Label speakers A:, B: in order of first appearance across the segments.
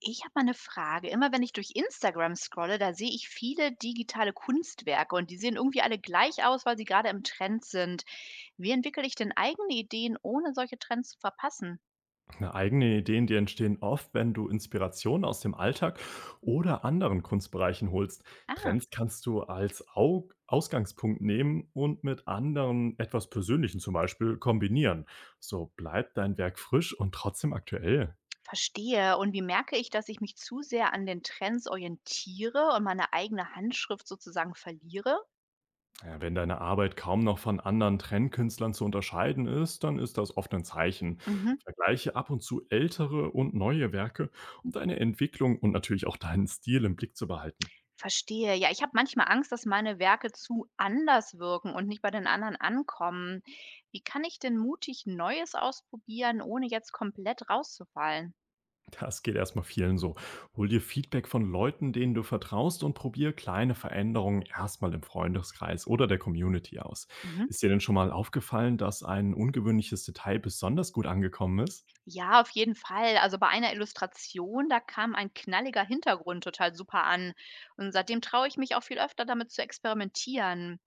A: Ich habe mal eine Frage. Immer wenn ich durch Instagram scrolle, da sehe ich viele digitale Kunstwerke und die sehen irgendwie alle gleich aus, weil sie gerade im Trend sind. Wie entwickle ich denn eigene Ideen, ohne solche Trends zu verpassen?
B: Na, eigene Ideen, die entstehen oft, wenn du Inspiration aus dem Alltag oder anderen Kunstbereichen holst.
A: Ah,
B: Trends kannst du als Au Ausgangspunkt nehmen und mit anderen etwas Persönlichen zum Beispiel kombinieren. So bleibt dein Werk frisch und trotzdem aktuell.
A: verstehe. Und wie merke ich, dass ich mich zu sehr an den Trends orientiere und meine eigene Handschrift sozusagen verliere?
B: Ja, wenn deine Arbeit kaum noch von anderen Trendkünstlern zu unterscheiden ist, dann ist das oft ein Zeichen.
A: Mhm.
B: Vergleiche ab und zu ältere und neue Werke, um deine Entwicklung und natürlich auch deinen Stil im Blick zu behalten.
A: Verstehe. Ja, ich habe manchmal Angst, dass meine Werke zu anders wirken und nicht bei den anderen ankommen. Wie kann ich denn mutig Neues ausprobieren, ohne jetzt komplett rauszufallen?
B: Das geht erstmal vielen so. Hol dir Feedback von Leuten, denen du vertraust, und probier kleine Veränderungen erstmal im Freundeskreis oder der Community aus.
A: Mhm.
B: Ist dir denn schon mal aufgefallen, dass ein ungewöhnliches Detail besonders gut angekommen ist?
A: Ja, auf jeden Fall. Also bei einer Illustration, da kam ein knalliger Hintergrund total super an. Und seitdem traue ich mich auch viel öfter damit zu experimentieren.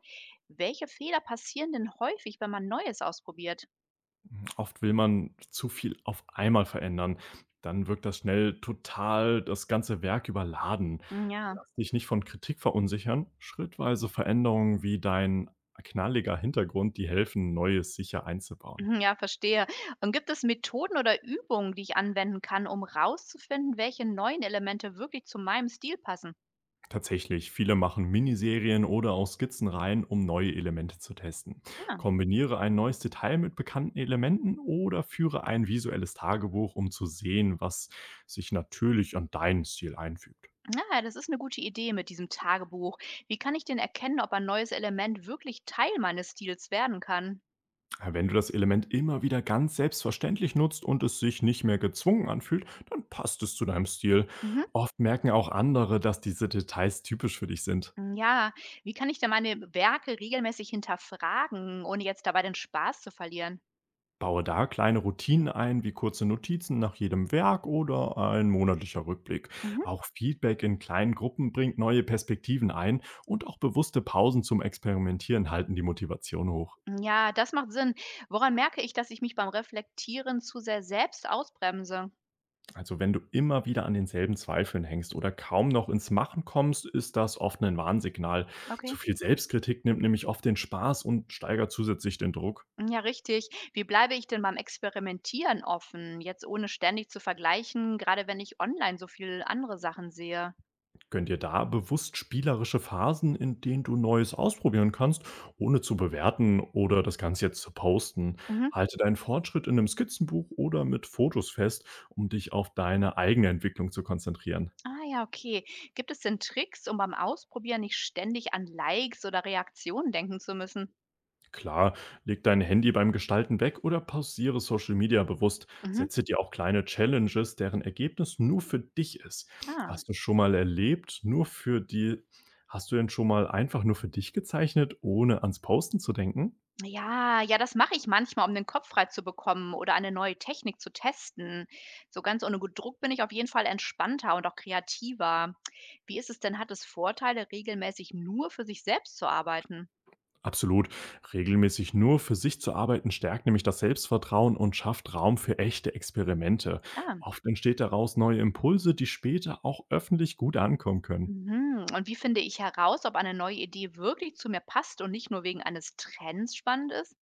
A: Welche Fehler passieren denn häufig, wenn man Neues ausprobiert?
B: Oft will man zu viel auf einmal verändern. Dann wirkt das schnell total, das ganze Werk überladen.
A: Ja.
B: Lass dich nicht von Kritik verunsichern. Schrittweise Veränderungen wie dein knalliger Hintergrund, die helfen, Neues sicher einzubauen.
A: Mhm, ja, verstehe. Und gibt es Methoden oder Übungen, die ich anwenden kann, um rauszufinden, welche neuen Elemente wirklich zu meinem Stil passen?
B: Tatsächlich, viele machen Miniserien oder auch Skizzenreihen, um neue Elemente zu testen.
A: Ja,
B: Kombiniere ein neues Detail mit bekannten Elementen oder führe ein visuelles Tagebuch, um zu sehen, was sich natürlich an deinen Stil einfügt.
A: ja, das ist eine gute Idee mit diesem Tagebuch. Wie kann ich denn erkennen, ob ein neues Element wirklich Teil meines Stils werden kann?
B: Wenn du das Element immer wieder ganz selbstverständlich nutzt und es sich nicht mehr gezwungen anfühlt, dann passt es zu deinem Stil.
A: Mhm.
B: Oft merken auch andere, dass diese Details typisch für dich sind.
A: Mm, ja, wie kann ich denn meine Werke regelmäßig hinterfragen, ohne jetzt dabei den Spaß zu verlieren?
B: Baue da kleine Routinen ein, wie kurze Notizen nach jedem Werk oder ein monatlicher Rückblick.
A: Mhm.
B: Auch Feedback in kleinen Gruppen bringt neue Perspektiven ein, und auch bewusste Pausen zum Experimentieren halten die Motivation hoch.
A: Mm, ja, das macht Sinn. Woran merke ich, dass ich mich beim Reflektieren zu sehr selbst ausbremse?
B: Also wenn du immer wieder an denselben Zweifeln hängst oder kaum noch ins Machen kommst, ist das oft ein Warnsignal.
A: Okay.
B: Zu viel Selbstkritik nimmt nämlich oft den Spaß und steigert zusätzlich den Druck.
A: Hm, ja, richtig. Wie bleibe ich denn beim Experimentieren offen, jetzt ohne ständig zu vergleichen, gerade wenn ich online so viel andere Sachen sehe?
B: Gönn dir da bewusst spielerische Phasen, in denen du Neues ausprobieren kannst, ohne zu bewerten oder das Ganze jetzt zu posten.
A: Mhm.
B: Halte deinen Fortschritt in einem Skizzenbuch oder mit Fotos fest, um dich auf deine eigene Entwicklung zu konzentrieren.
A: Ah, ja, okay. Gibt es denn Tricks, um beim Ausprobieren nicht ständig an Likes oder Reaktionen denken zu müssen?
B: Klar, leg dein Handy beim Gestalten weg oder pausiere Social Media bewusst.
A: Mhm.
B: Setze dir auch kleine Challenges, deren Ergebnis nur für dich ist.
A: Ah,
B: Hast du schon mal erlebt, nur für die, Hast du denn schon mal einfach nur für dich gezeichnet, ohne ans Posten zu denken?
A: ja, das mache ich manchmal, um den Kopf frei zu bekommen oder eine neue Technik zu testen. So ganz ohne Druck bin ich auf jeden Fall entspannter und auch kreativer. Wie ist es denn? Hat es Vorteile, regelmäßig nur für sich selbst zu arbeiten?
B: Absolut. Regelmäßig nur für sich zu arbeiten stärkt nämlich das Selbstvertrauen und schafft Raum für echte Experimente.
A: Ah,
B: Oft entsteht daraus neue Impulse, die später auch öffentlich gut ankommen können.
A: mhm. Und wie finde ich heraus, ob eine neue Idee wirklich zu mir passt und nicht nur wegen eines Trends spannend ist?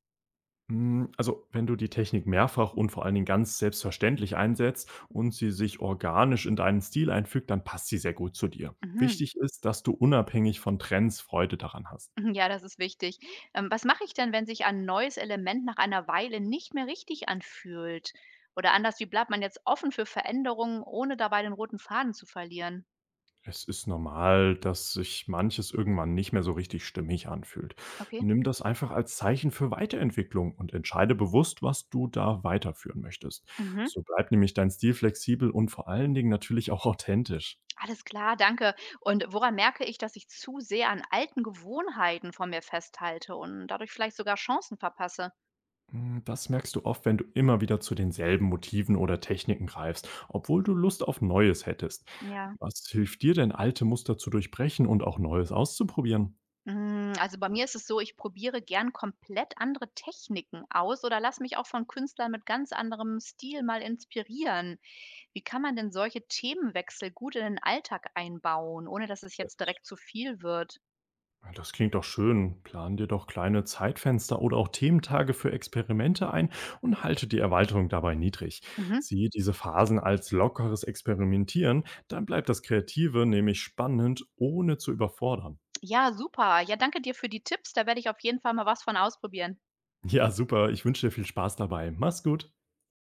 B: Also wenn du die Technik mehrfach und vor allen Dingen ganz selbstverständlich einsetzt und sie sich organisch in deinen Stil einfügt, dann passt sie sehr gut zu dir.
A: Mhm.
B: Wichtig ist, dass du unabhängig von Trends Freude daran hast.
A: Mhm, ja, das ist wichtig. Was mache ich denn, wenn sich ein neues Element nach einer Weile nicht mehr richtig anfühlt? Oder anders, wie bleibt man jetzt offen für Veränderungen, ohne dabei den roten Faden zu verlieren?
B: Es ist normal, dass sich manches irgendwann nicht mehr so richtig stimmig anfühlt.
A: Okay.
B: Nimm das einfach als Zeichen für Weiterentwicklung und entscheide bewusst, was du da weiterführen möchtest.
A: Mhm.
B: So bleibt nämlich dein Stil flexibel und vor allen Dingen natürlich auch authentisch.
A: Alles klar, danke. Und woran merke ich, dass ich zu sehr an alten Gewohnheiten von mir festhalte und dadurch vielleicht sogar Chancen verpasse?
B: Das merkst du oft, wenn du immer wieder zu denselben Motiven oder Techniken greifst, obwohl du Lust auf Neues hättest.
A: Ja.
B: Was hilft dir denn, alte Muster zu durchbrechen und auch Neues auszuprobieren?
A: Hm, also bei mir ist es so, ich probiere gern komplett andere Techniken aus oder lass mich auch von Künstlern mit ganz anderem Stil mal inspirieren. Wie kann man denn solche Themenwechsel gut in den Alltag einbauen, ohne dass es jetzt direkt zu viel wird?
B: Das klingt doch schön. Plan dir doch kleine Zeitfenster oder auch Thementage für Experimente ein und halte die Erweiterung dabei niedrig.
A: Mhm.
B: Siehe diese Phasen als lockeres Experimentieren, dann bleibt das Kreative nämlich spannend, ohne zu überfordern.
A: Ja, super. Ja, danke dir für die Tipps. Da werde ich auf jeden Fall mal was von ausprobieren.
B: Ja, super. Ich wünsche dir viel Spaß dabei. Mach's gut.